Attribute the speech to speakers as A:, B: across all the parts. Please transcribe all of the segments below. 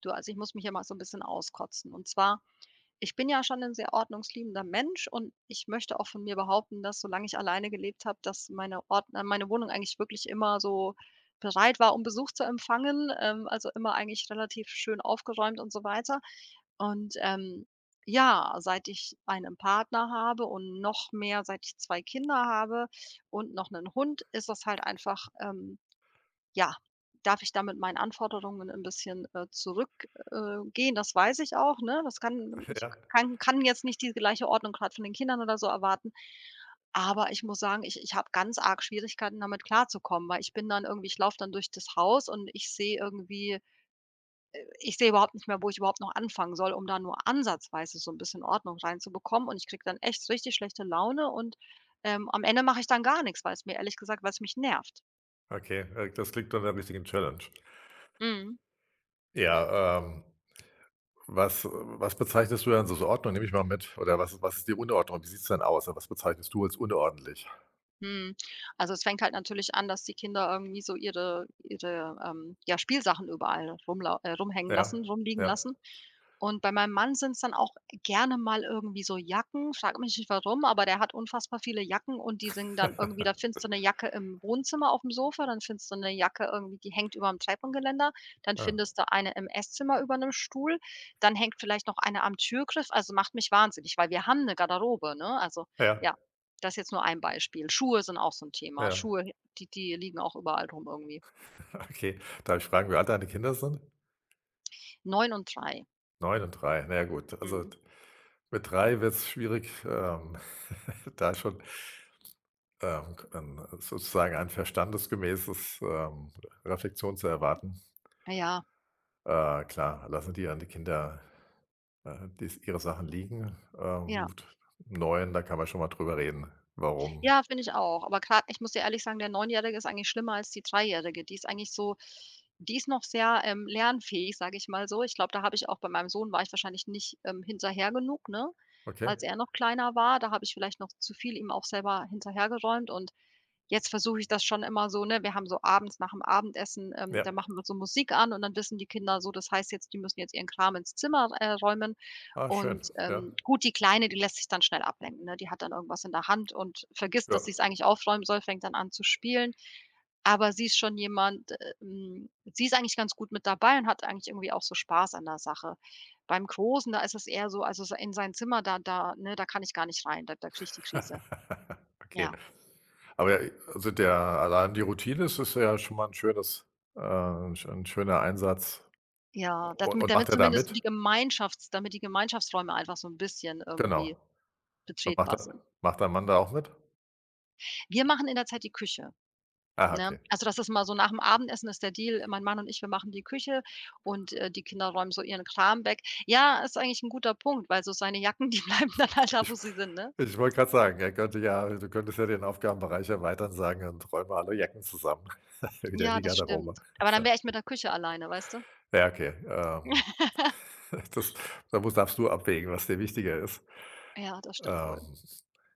A: Du, also ich muss mich ja mal so ein bisschen auskotzen. Und zwar, ich bin ja schon ein sehr ordnungsliebender Mensch und ich möchte auch von mir behaupten, dass solange ich alleine gelebt habe, dass meine Ord meine Wohnung eigentlich wirklich immer so bereit war, um Besuch zu empfangen, also immer eigentlich relativ schön aufgeräumt und so weiter. Und, ähm, ja, Seit ich einen Partner habe und noch mehr, seit ich 2 Kinder habe und noch einen Hund, ist das halt einfach, ja, darf ich da mit meinen Anforderungen ein bisschen, zurück gehen? Das weiß ich auch, ne? Das kann ich
B: Ja,
A: kann kann jetzt nicht die gleiche Ordnung gerade von den Kindern oder so erwarten. Aber ich muss sagen, ich habe ganz arg Schwierigkeiten, damit klarzukommen, weil ich bin dann irgendwie ich laufe dann durch das Haus und ich sehe irgendwie ich sehe überhaupt nicht mehr, wo ich überhaupt noch anfangen soll, um da nur ansatzweise so ein bisschen Ordnung reinzubekommen. Und ich kriege dann echt richtig schlechte Laune und am Ende mache ich dann gar nichts, weil es mir ehrlich gesagt weil es mich nervt.
B: okay, das klingt nach 'ner richtigen Challenge.
A: Mhm.
B: Ja, was bezeichnest du denn so als Ordnung? Nehme ich mal mit. Oder was ist die Unordnung? Wie sieht's denn aus? Was bezeichnest du als unordentlich?
A: Mhm. Also, es fängt halt natürlich an, dass die Kinder irgendwie so ihre ja, Spielsachen überall rumlau rumhängen
B: Ja,
A: lassen, rumliegen
B: ja.
A: lassen. Und bei meinem Mann sind es dann auch gerne mal irgendwie so Jacken. Frag mich nicht warum, aber der hat unfassbar viele Jacken und die sind dann irgendwie da findest du eine Jacke im Wohnzimmer auf dem Sofa, dann findest du eine Jacke irgendwie, die hängt über dem Treppengeländer, dann
B: Ja,
A: findest du eine im Esszimmer über einem Stuhl, dann hängt vielleicht noch eine am Türgriff. Also, macht mich wahnsinnig, weil wir haben eine Garderobe, ne? Also,
B: ja,
A: ja, das ist jetzt nur ein Beispiel. Schuhe sind auch so 'n Thema.
B: ja.
A: Schuhe, die liegen auch überall rum irgendwie.
B: Okay. Darf ich fragen, wie alt deine Kinder sind?
A: 9 und 3.
B: 9 und 3. Na ja, gut. Also,
A: Mhm.
B: d Mit drei wird es schwierig, da schon, ein sozusagen ein verstandesgemäßes, Reflexion zu erwarten.
A: Ja,
B: Klar, lassen die dann die Kinder, dies ihre Sachen liegen.
A: ja.
B: Gut, 9, da kann man schon mal drüber reden, warum.
A: Ja, finde ich auch. Aber grad ich muss dir ehrlich sagen, der Neunjährige ist eigentlich schlimmer als die Dreijährige. Die ist eigentlich so, die ist noch sehr, lernfähig, sage ich mal so. Ich glaube, da habe ich auch bei meinem Sohn war ich wahrscheinlich nicht, hinterher genug, ne?
B: Okay,
A: Als er noch kleiner war, da habe ich vielleicht noch zu viel ihm auch selber hinterhergeräumt und jetzt versuche ich das schon immer so, ne? Wir haben so abends nach dem Abendessen,
B: ja.
A: da machen wir so Musik an und dann wissen die Kinder so, das heißt jetzt, die müssen jetzt ihren Kram ins Zimmer, räumen.
B: Ah, schön, ja,
A: Gut, die Kleine, die lässt sich dann schnell ablenken, ne? Die hat dann irgendwas in der Hand und vergisst,
B: ja.
A: dass sie es eigentlich aufräumen soll, fängt dann an zu spielen. Aber sie ist schon jemand, sie ist eigentlich ganz gut mit dabei und hat eigentlich irgendwie auch so Spaß an der Sache. Beim Großen, da ist es eher so, also, s in sein Zimmer, da ne, da kann ich gar nicht rein, da kriege ich die Krise.
B: Okay.
A: Ja.
B: Aber, also, der allein die Routine ist ja schon mal ein schönes 'n schöner Einsatz.
A: Ja,
B: U
A: damit
B: und
A: damit
B: macht er da
A: zumindest so
B: mit?
A: die Gemeinschafts damit die Gemeinschaftsräume einfach so ein bisschen
B: Genau.
A: irgendwie
B: Und
A: betretbar sind.
B: macht dein Mann da auch mit?
A: Wir machen in der Zeit die Küche,
B: Ah,
A: ne?
B: okay.
A: Also, das ist mal so nach dem Abendessen ist der Deal, mein Mann und ich, wir machen die Küche und, die Kinder räumen so ihren Kram weg. Ja, ist eigentlich ein guter Punkt, weil so seine Jacken, die bleiben dann halt da,
B: Ich
A: wo sie sind, ne?
B: ich wollte gerade sagen, er könnte ja, du könntest ja den Aufgabenbereich erweitern, sagen: „Und räum mal alle Jacken zusammen, wieder in
A: Ja,
B: die
A: das
B: Garderobe.“
A: stimmt. Aber dann wäre ich mit der Küche alleine, weißt du?
B: Ja, okay, das da musst darfst du abwägen, was dir wichtiger ist.
A: Ja, das stimmt
B: Ähm,
A: wohl.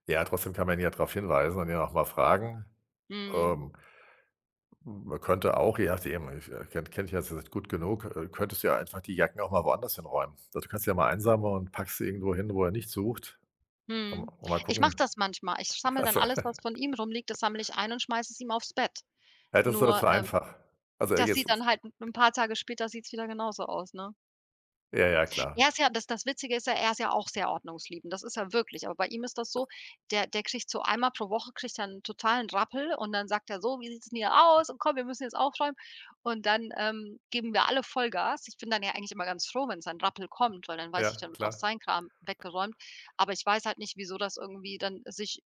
B: ja, trotzdem kann man ihn ja darauf hinweisen und ihn auch mal fragen.
A: Mhm,
B: Ähm, man könnte auch, je nachdem, ich, kenne ich jetzt nicht gut genug, könntest du ja einfach die Jacken auch mal woanders hinräumen. Also, du kannst sie ja mal einsammeln und packst sie irgendwo hin, wo er nicht sucht.
A: mhm.
B: Und mal
A: Ich mache
B: gucken.
A: das manchmal. Ich sammle dann
B: Also,
A: alles, was von ihm rumliegt, das sammle ich ein und schmeiße es ihm aufs Bett.
B: ja, das ist aber
A: Nur,
B: zu
A: ähm
B: einfach. Also,
A: Das
B: jetzt
A: sieht dann halt 'n paar Tage später sieht's wieder genauso aus, ne?
B: ja, ja, klar.
A: Er ist ja das das Witzige ist ja, er ist ja auch sehr ordnungsliebend, das ist er wirklich, aber bei ihm ist das so, der kriegt so einmal pro Woche kriegt er 'n totalen Rappel und dann sagt er so: „Wie sieht's 'n hier aus? Und komm, wir müssen jetzt aufräumen.“ Und dann, geben wir alle Vollgas. Ich bin dann ja eigentlich immer ganz froh, wenn ein Rappel kommt, weil dann weiß
B: Ja,
A: ich, dann wird auch
B: klar.
A: sein Kram weggeräumt. Aber ich weiß halt nicht, wieso das irgendwie dann sich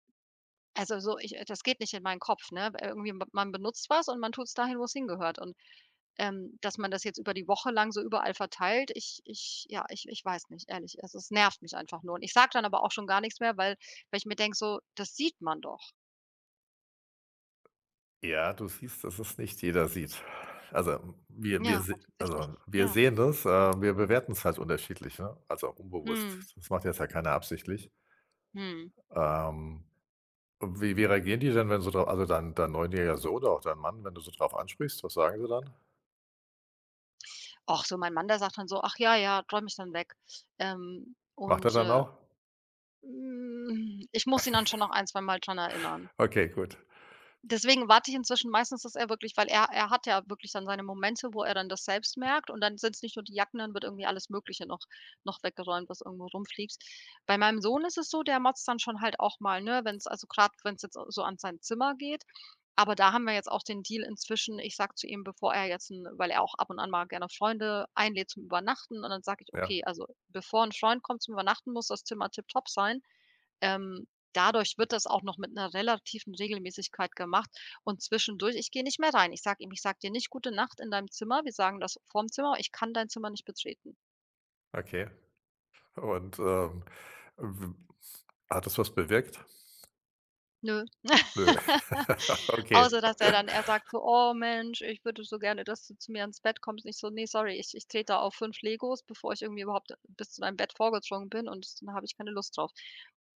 A: also so ich das geht nicht in meinen Kopf, ne? Irgendwie man benutzt was und man tut's dahin, wo's hingehört und dass man das jetzt über die Woche lang so überall verteilt, ich ja, ich weiß nicht, ehrlich. Also, es nervt mich einfach nur. Und ich sage dann aber auch schon gar nichts mehr, weil weil ich mir denke so: „Das sieht man doch.“
B: Ja, du siehst, dass es nicht jeder sieht. Also,
A: Ja, offensichtlich.
B: also, wir
A: Ja.
B: sehen das, wir bewerten es halt unterschiedlich, ne? Also, unbewusst.
A: Mhm,
B: Das macht jetzt ja keiner absichtlich.
A: mhm.
B: Ähm Und wie reagieren die denn, wenn so drauf, also, dein neunjähriger Sohn oder auch dein Mann, wenn du so drauf ansprichst, was sagen sie dann?
A: Och, so mein Mann, der sagt dann so: „Ach ja, ja, räum ich dann weg.“ Ähm,
B: Macht er
A: und,
B: dann
A: äh,
B: auch?
A: ich muss ihn dann schon noch ein, zwei Mal dran erinnern.
B: Okay, gut.
A: Deswegen warte ich inzwischen meistens, dass er wirklich weil er hat ja wirklich dann seine Momente, wo er dann das selbst merkt und dann sind es nicht nur die Jacken, dann wird irgendwie alles Mögliche noch weggeräumt, was irgendwo rumfliegt. Bei meinem Sohn ist es so, der motzt dann schon halt auch mal, ne, wenn es also gerade wenn es jetzt so an sein Zimmer geht. Aber da haben wir jetzt auch den Deal inzwischen, ich sage zu ihm, bevor er jetzt 'n weil er auch ab und an mal gerne Freunde einlädt zum Übernachten und dann sage ich:
B: Ja,
A: „Okay, also bevor ein Freund kommt zum Übernachten, muss das Zimmer tipptopp sein.“ ähm, Dadurch wird das auch noch mit einer relativen Regelmäßigkeit gemacht und zwischendurch ich gehe nicht mehr rein. Ich sage ihm: „Ich sage dir nicht gute Nacht in deinem Zimmer.“ Wir sagen das vorm Zimmer: „Ich kann dein Zimmer nicht betreten.“
B: okay. Und, w hat das was bewirkt?
A: Nö.
B: Nö.
A: Außer
B: Okay.
A: dass er dann er sagt so: „Oh Mensch, ich würde so gerne, dass du zu mir ins Bett kommst.“ Nicht so: nee, sorry, ich trete auf 5 Legos, bevor ich irgendwie überhaupt bis zu deinem Bett vorgedrungen bin und dann habe ich keine Lust drauf.“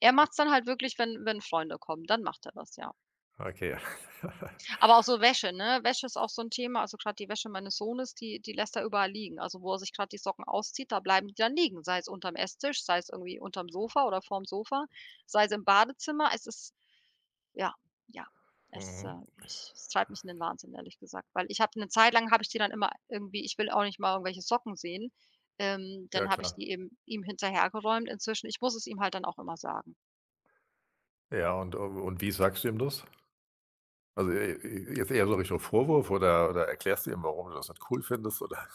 A: Er macht es dann halt wirklich, wenn Freunde kommen, dann macht er das, ja.
B: Okay.
A: Aber auch so Wäsche, ne? Wäsche ist auch so 'n Thema. Also, grad die Wäsche meines Sohnes, die lässt er überall liegen. Also, wo er sich grad die Socken auszieht, da bleiben die dann liegen, sei es unterm Esstisch, sei es irgendwie unterm Sofa oder vorm Sofa, sei es im Badezimmer. Es ist ja, ja,
B: Mhm.
A: ich es treibt mich in den Wahnsinn, ehrlich gesagt, weil ich habe 'ne Zeit lang habe ich die dann immer irgendwie ich will auch nicht mal irgendwelche Socken sehen, dann
B: Ja,
A: habe ich
B: klar.
A: die eben ihm hinterhergeräumt. Inzwischen ich muss es ihm halt dann auch immer sagen.
B: Ja, und wie sagst du ihm das? Also, e e Jetzt eher so Richtung Vorwurf oder erklärst du ihm, warum du das nicht cool findest, oder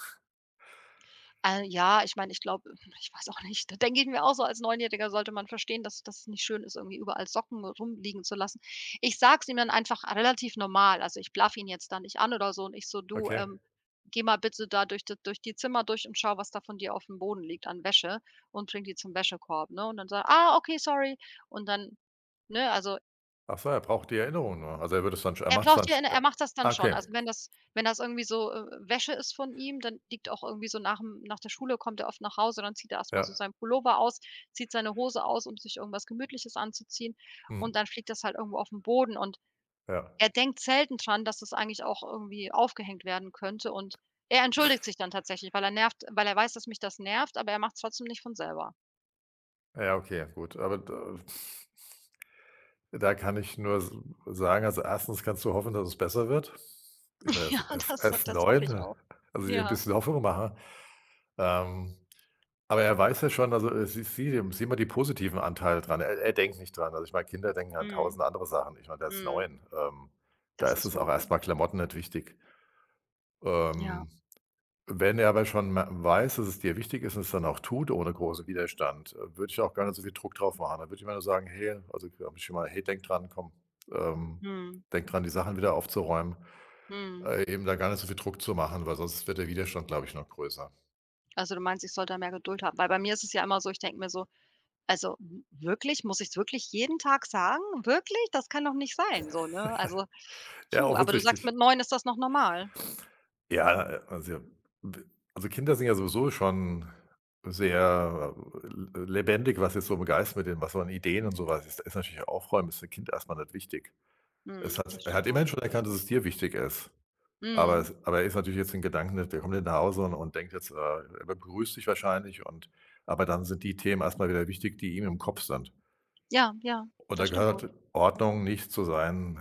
A: Ja, ich meine, ich glaube ich weiß auch nicht, da denke ich mir auch so, als Neunjähriger sollte man verstehen, dass das nicht schön ist, irgendwie überall Socken rumliegen zu lassen. Ich sage es ihm dann einfach relativ normal. Also, ich blaffe ihn jetzt da nicht an oder so und ich so: „Du,
B: okay.
A: geh mal bitte da durch die Zimmer durch und schau, was da von dir auf dem Boden liegt an Wäsche und bring die zum Wäschekorb“, ne? Und dann sagt „Ah, okay, sorry.“ Und dann ne, also
B: Ach so, er braucht die Erinnerung nur. Also, er
A: er
B: macht es
A: braucht
B: dann
A: ja
B: sch
A: 'ne er
B: ja.
A: macht das dann
B: Ah,
A: schon.
B: okay.
A: Also, wenn das irgendwie so, Wäsche ist von ihm, dann liegt auch irgendwie so nach'm nach der Schule kommt er oft nach Hause, dann zieht er erst mal so
B: Ja.
A: seinen Pullover aus, zieht seine Hose aus, um sich irgendwas Gemütliches anzuziehen und
B: Mhm.
A: dann fliegt das halt irgendwo auf'n Boden und
B: Ja.
A: er denkt selten dran, dass das eigentlich auch irgendwie aufgehängt werden könnte und er entschuldigt sich dann tatsächlich, weil er nervt weil er weiß, dass mich das nervt, aber er macht's trotzdem nicht von selber.
B: Ja, okay, gut. Aber da da kann ich nur s sagen, also, erstens kannst du hoffen, dass es besser wird. Ich meine, er
A: Ja,
B: ist er ist
A: das
B: er ist
A: das hoffe ich
B: 9,
A: auch.
B: also, dir 'n
A: Ja.
B: bisschen Hoffnung machen. Ähm, aber er weiß ja schon, also, sieh mal die positiven Anteile dran. Er denkt nicht dran. Also, ich meine, Kinder denken an
A: Mhm.
B: 1.000 andere Sachen. Ich meine, der ist
A: Mhm.
B: 9. Da
A: Das
B: ist
A: ist
B: es
A: wohl
B: auch
A: so.
B: erstmal Klamotten nicht wichtig.
A: Ja.
B: Ähm Wenn er aber schon ma weiß, dass es dir wichtig ist und es dann auch tut ohne großen Widerstand, würde ich auch gar nicht so viel Druck drauf machen. Dann würde ich immer nur sagen: „Hey“, also, hab ich schon mal: „Hey, denk dran, komm, ähm,
A: Mhm.
B: denk dran, die Sachen wieder aufzuräumen.“
A: Mhm.
B: Eben da gar nicht so viel Druck zu machen, weil sonst wird der Widerstand, glaube ich, noch größer.
A: Also, du meinst, ich sollte da mehr Geduld haben? Weil bei mir ist es ja immer so, ich denke mir so: „Also, w wirklich? Muss ich es wirklich jeden Tag sagen? Wirklich? Das kann doch nicht sein“, so, ne? Also,
B: Ja,
A: puh, aber du sagst,
B: offensichtlich.
A: mit neun ist das noch normal.
B: Ja, also, Kinder sind ja sowieso schon sehr l lebendig, was jetzt so im Geist mit dem, was so an Ideen und so was ist. Da ist natürlich Aufräumen ist dem Kind erstmal nicht wichtig.
A: Mhm,
B: Es hat
A: das
B: Er hat
A: stimmt wohl.
B: immerhin schon erkannt, dass es dir wichtig ist. Aber
A: Mhm.
B: es aber er ist natürlich jetzt in Gedanken, der kommt jetzt nach Hause und denkt jetzt, er begrüßt dich wahrscheinlich, und aber dann sind die Themen erstmal wieder wichtig, die ihm im Kopf sind.
A: Ja, ja,
B: Und
A: das
B: da
A: stimmt wohl.
B: gehört Ordnung nicht zu seinen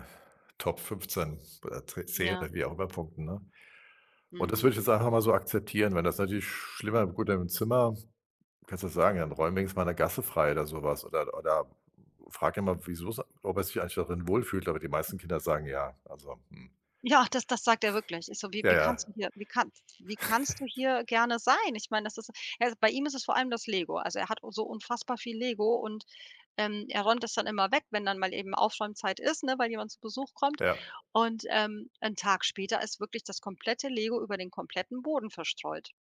B: Top 15 oder 10
A: Ja,
B: oder wie auch immer Punkten, ne? Und das
A: mhm.
B: würde ich jetzt einfach mal so akzeptieren, wenn das natürlich schlimmer, gut, im Zimmer kannst du das sagen, dann räum wenigstens mal eine Gasse frei oder sowas, oder frag ihn mal, wieso's, ob er sich eigentlich darin wohlfühlt, aber die meisten Kinder sagen ja. Also, hm,
A: Ja, das sagt er wirklich. Ich so: „Wie
B: ja,
A: wie
B: ja,
A: kannst du hier wie kannst du hier gerne sein?“ Ich meine, das ist also, bei ihm ist es vor allem das Lego. Also, er hat so unfassbar viel Lego und er räumt das dann immer weg, wenn dann mal eben Aufräumzeit ist, ne, weil jemand zu Besuch kommt.
B: ja.
A: Und, 'n Tag später ist wirklich das komplette Lego über den kompletten Boden verstreut.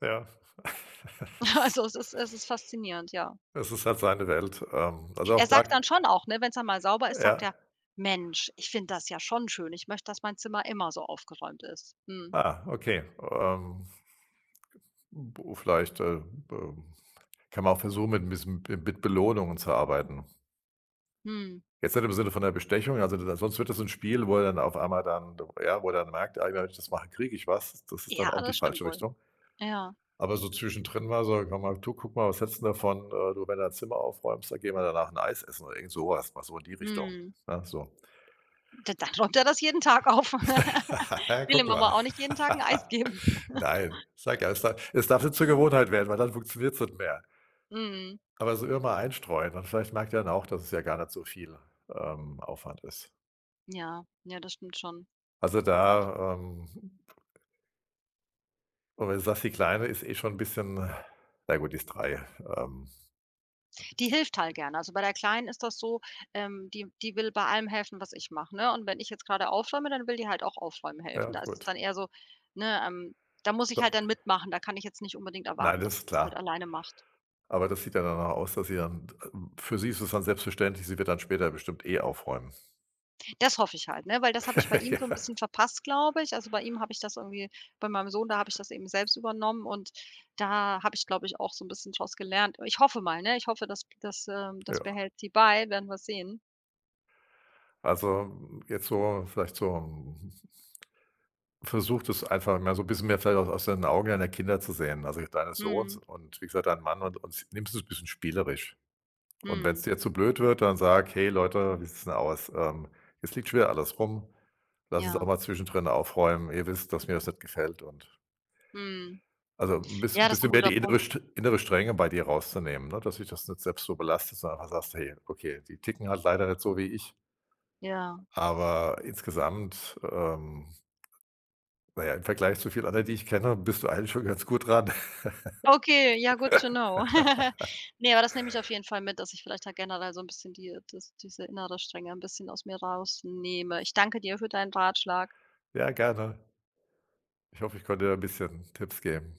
B: Ja.
A: Also, es ist faszinierend, ja.
B: Es ist halt seine Welt. Also auch
A: Er
B: da
A: sagt dann schon auch, ne, wenn's dann mal sauber ist, sagt er:
B: ja.
A: „Mensch, ich finde das ja schon schön. Ich möchte, dass mein Zimmer immer so aufgeräumt ist.“ Mhm.
B: Ah, okay. B vielleicht, ähm, kann man auch versuchen, mit ein bisschen mit Belohnungen zu arbeiten.
A: Mhm.
B: Jetzt nicht im Sinne von der Bestechung, also da sonst wird das ein Spiel, wo er dann auf einmal dann ja, wo er dann merkt: „Ah, ja, wenn ich das mache, kriege ich was.“ Das ist dann
A: Ja,
B: auch die
A: das stimmt
B: falsche
A: wohl.
B: Richtung.
A: Ja.
B: Aber so zwischendrin mal so: „Komm mal, du, guck mal, was hältst du davon, du, wenn du dein Zimmer aufräumst, dann gehen wir danach ein Eis essen“ oder irgend sowas, mal so in die Richtung,
A: Mhm.
B: ne, so.
A: Da dann räumt er das jeden Tag auf. Will
B: Guck
A: ihm aber
B: mal.
A: auch nicht jeden Tag 'n Eis geben.
B: Nein, sag ja, es darf nicht zur Gewohnheit werden, weil dann funktioniert es nicht mehr.
A: Mhm.
B: Aber so immer einstreuen, und vielleicht merkt ihr dann auch, dass es ja gar nicht so viel, Aufwand ist.
A: Ja, ja, das stimmt schon.
B: Also da, und wenn du sagst, die Kleine ist eh schon ein bisschen, na gut, die ist drei. Ähm,
A: Die hilft halt gerne. Also, bei der Kleinen ist das so, die will bei allem helfen, was ich mache, ne? Und wenn ich jetzt grade aufräume, dann will die halt auch aufräumen helfen.
B: ja,
A: Da ist es
B: gut.
A: dann eher so, ne, ähm da muss ich halt dann mitmachen. Da kann ich jetzt nicht unbedingt
B: Nein,
A: erwarten,
B: das
A: dass
B: ist
A: sie's halt
B: klar.
A: alleine macht.
B: Aber das sieht ja dann auch aus, dass sie dann für sie ist es dann selbstverständlich, sie wird dann später bestimmt eh aufräumen.
A: Das hoffe ich halt, ne, weil das habe ich bei ihm
B: Ja,
A: so 'n bisschen verpasst, glaube ich. Also, bei ihm habe ich das irgendwie bei meinem Sohn, da habe ich das eben selbst übernommen und da habe ich, glaube ich, auch so 'n bisschen draus gelernt. Ich hoffe mal, ne? Ich hoffe, das
B: ja.
A: behält sie bei, werden wir sehen.
B: Also, jetzt so vielleicht so versucht es einfach mal so 'n bisschen mehr, vielleicht auch aus den Augen deiner Kinder zu sehen, also deines Sohns
A: Mhm,
B: und wie gesagt, dein Mann, und nimmst es ein bisschen spielerisch. Und wenn
A: mhm,
B: es dir zu blöd wird, dann sag: „Hey Leute, wie sieht's denn aus? Jetzt liegt schwer alles rum. Lass uns auch
A: ja,
B: mal zwischendrin aufräumen. Ihr wisst, dass mir das nicht gefällt“, und
A: mhm. Ja, das ist 'n
B: bisschen mehr
A: guter
B: die
A: Punkt.
B: Innere Strenge bei dir rauszunehmen, ne, dass sich das nicht selbst so belastet, sondern einfach sagst: „Hey, okay, die ticken halt leider nicht so wie ich.“
A: Ja.
B: Aber insgesamt, na ja, im Vergleich zu vielen anderen, die ich kenne, bist du eigentlich schon ganz gut dran.
A: Okay, ja, good to know. Ne, aber das nehme ich auf jeden Fall mit, dass ich vielleicht da generell so 'n bisschen diese innere Strenge 'n bisschen aus mir rausnehme. Ich danke dir für deinen Ratschlag.
B: Ja, gerne. Ich hoffe, ich konnte dir ein bisschen Tipps geben.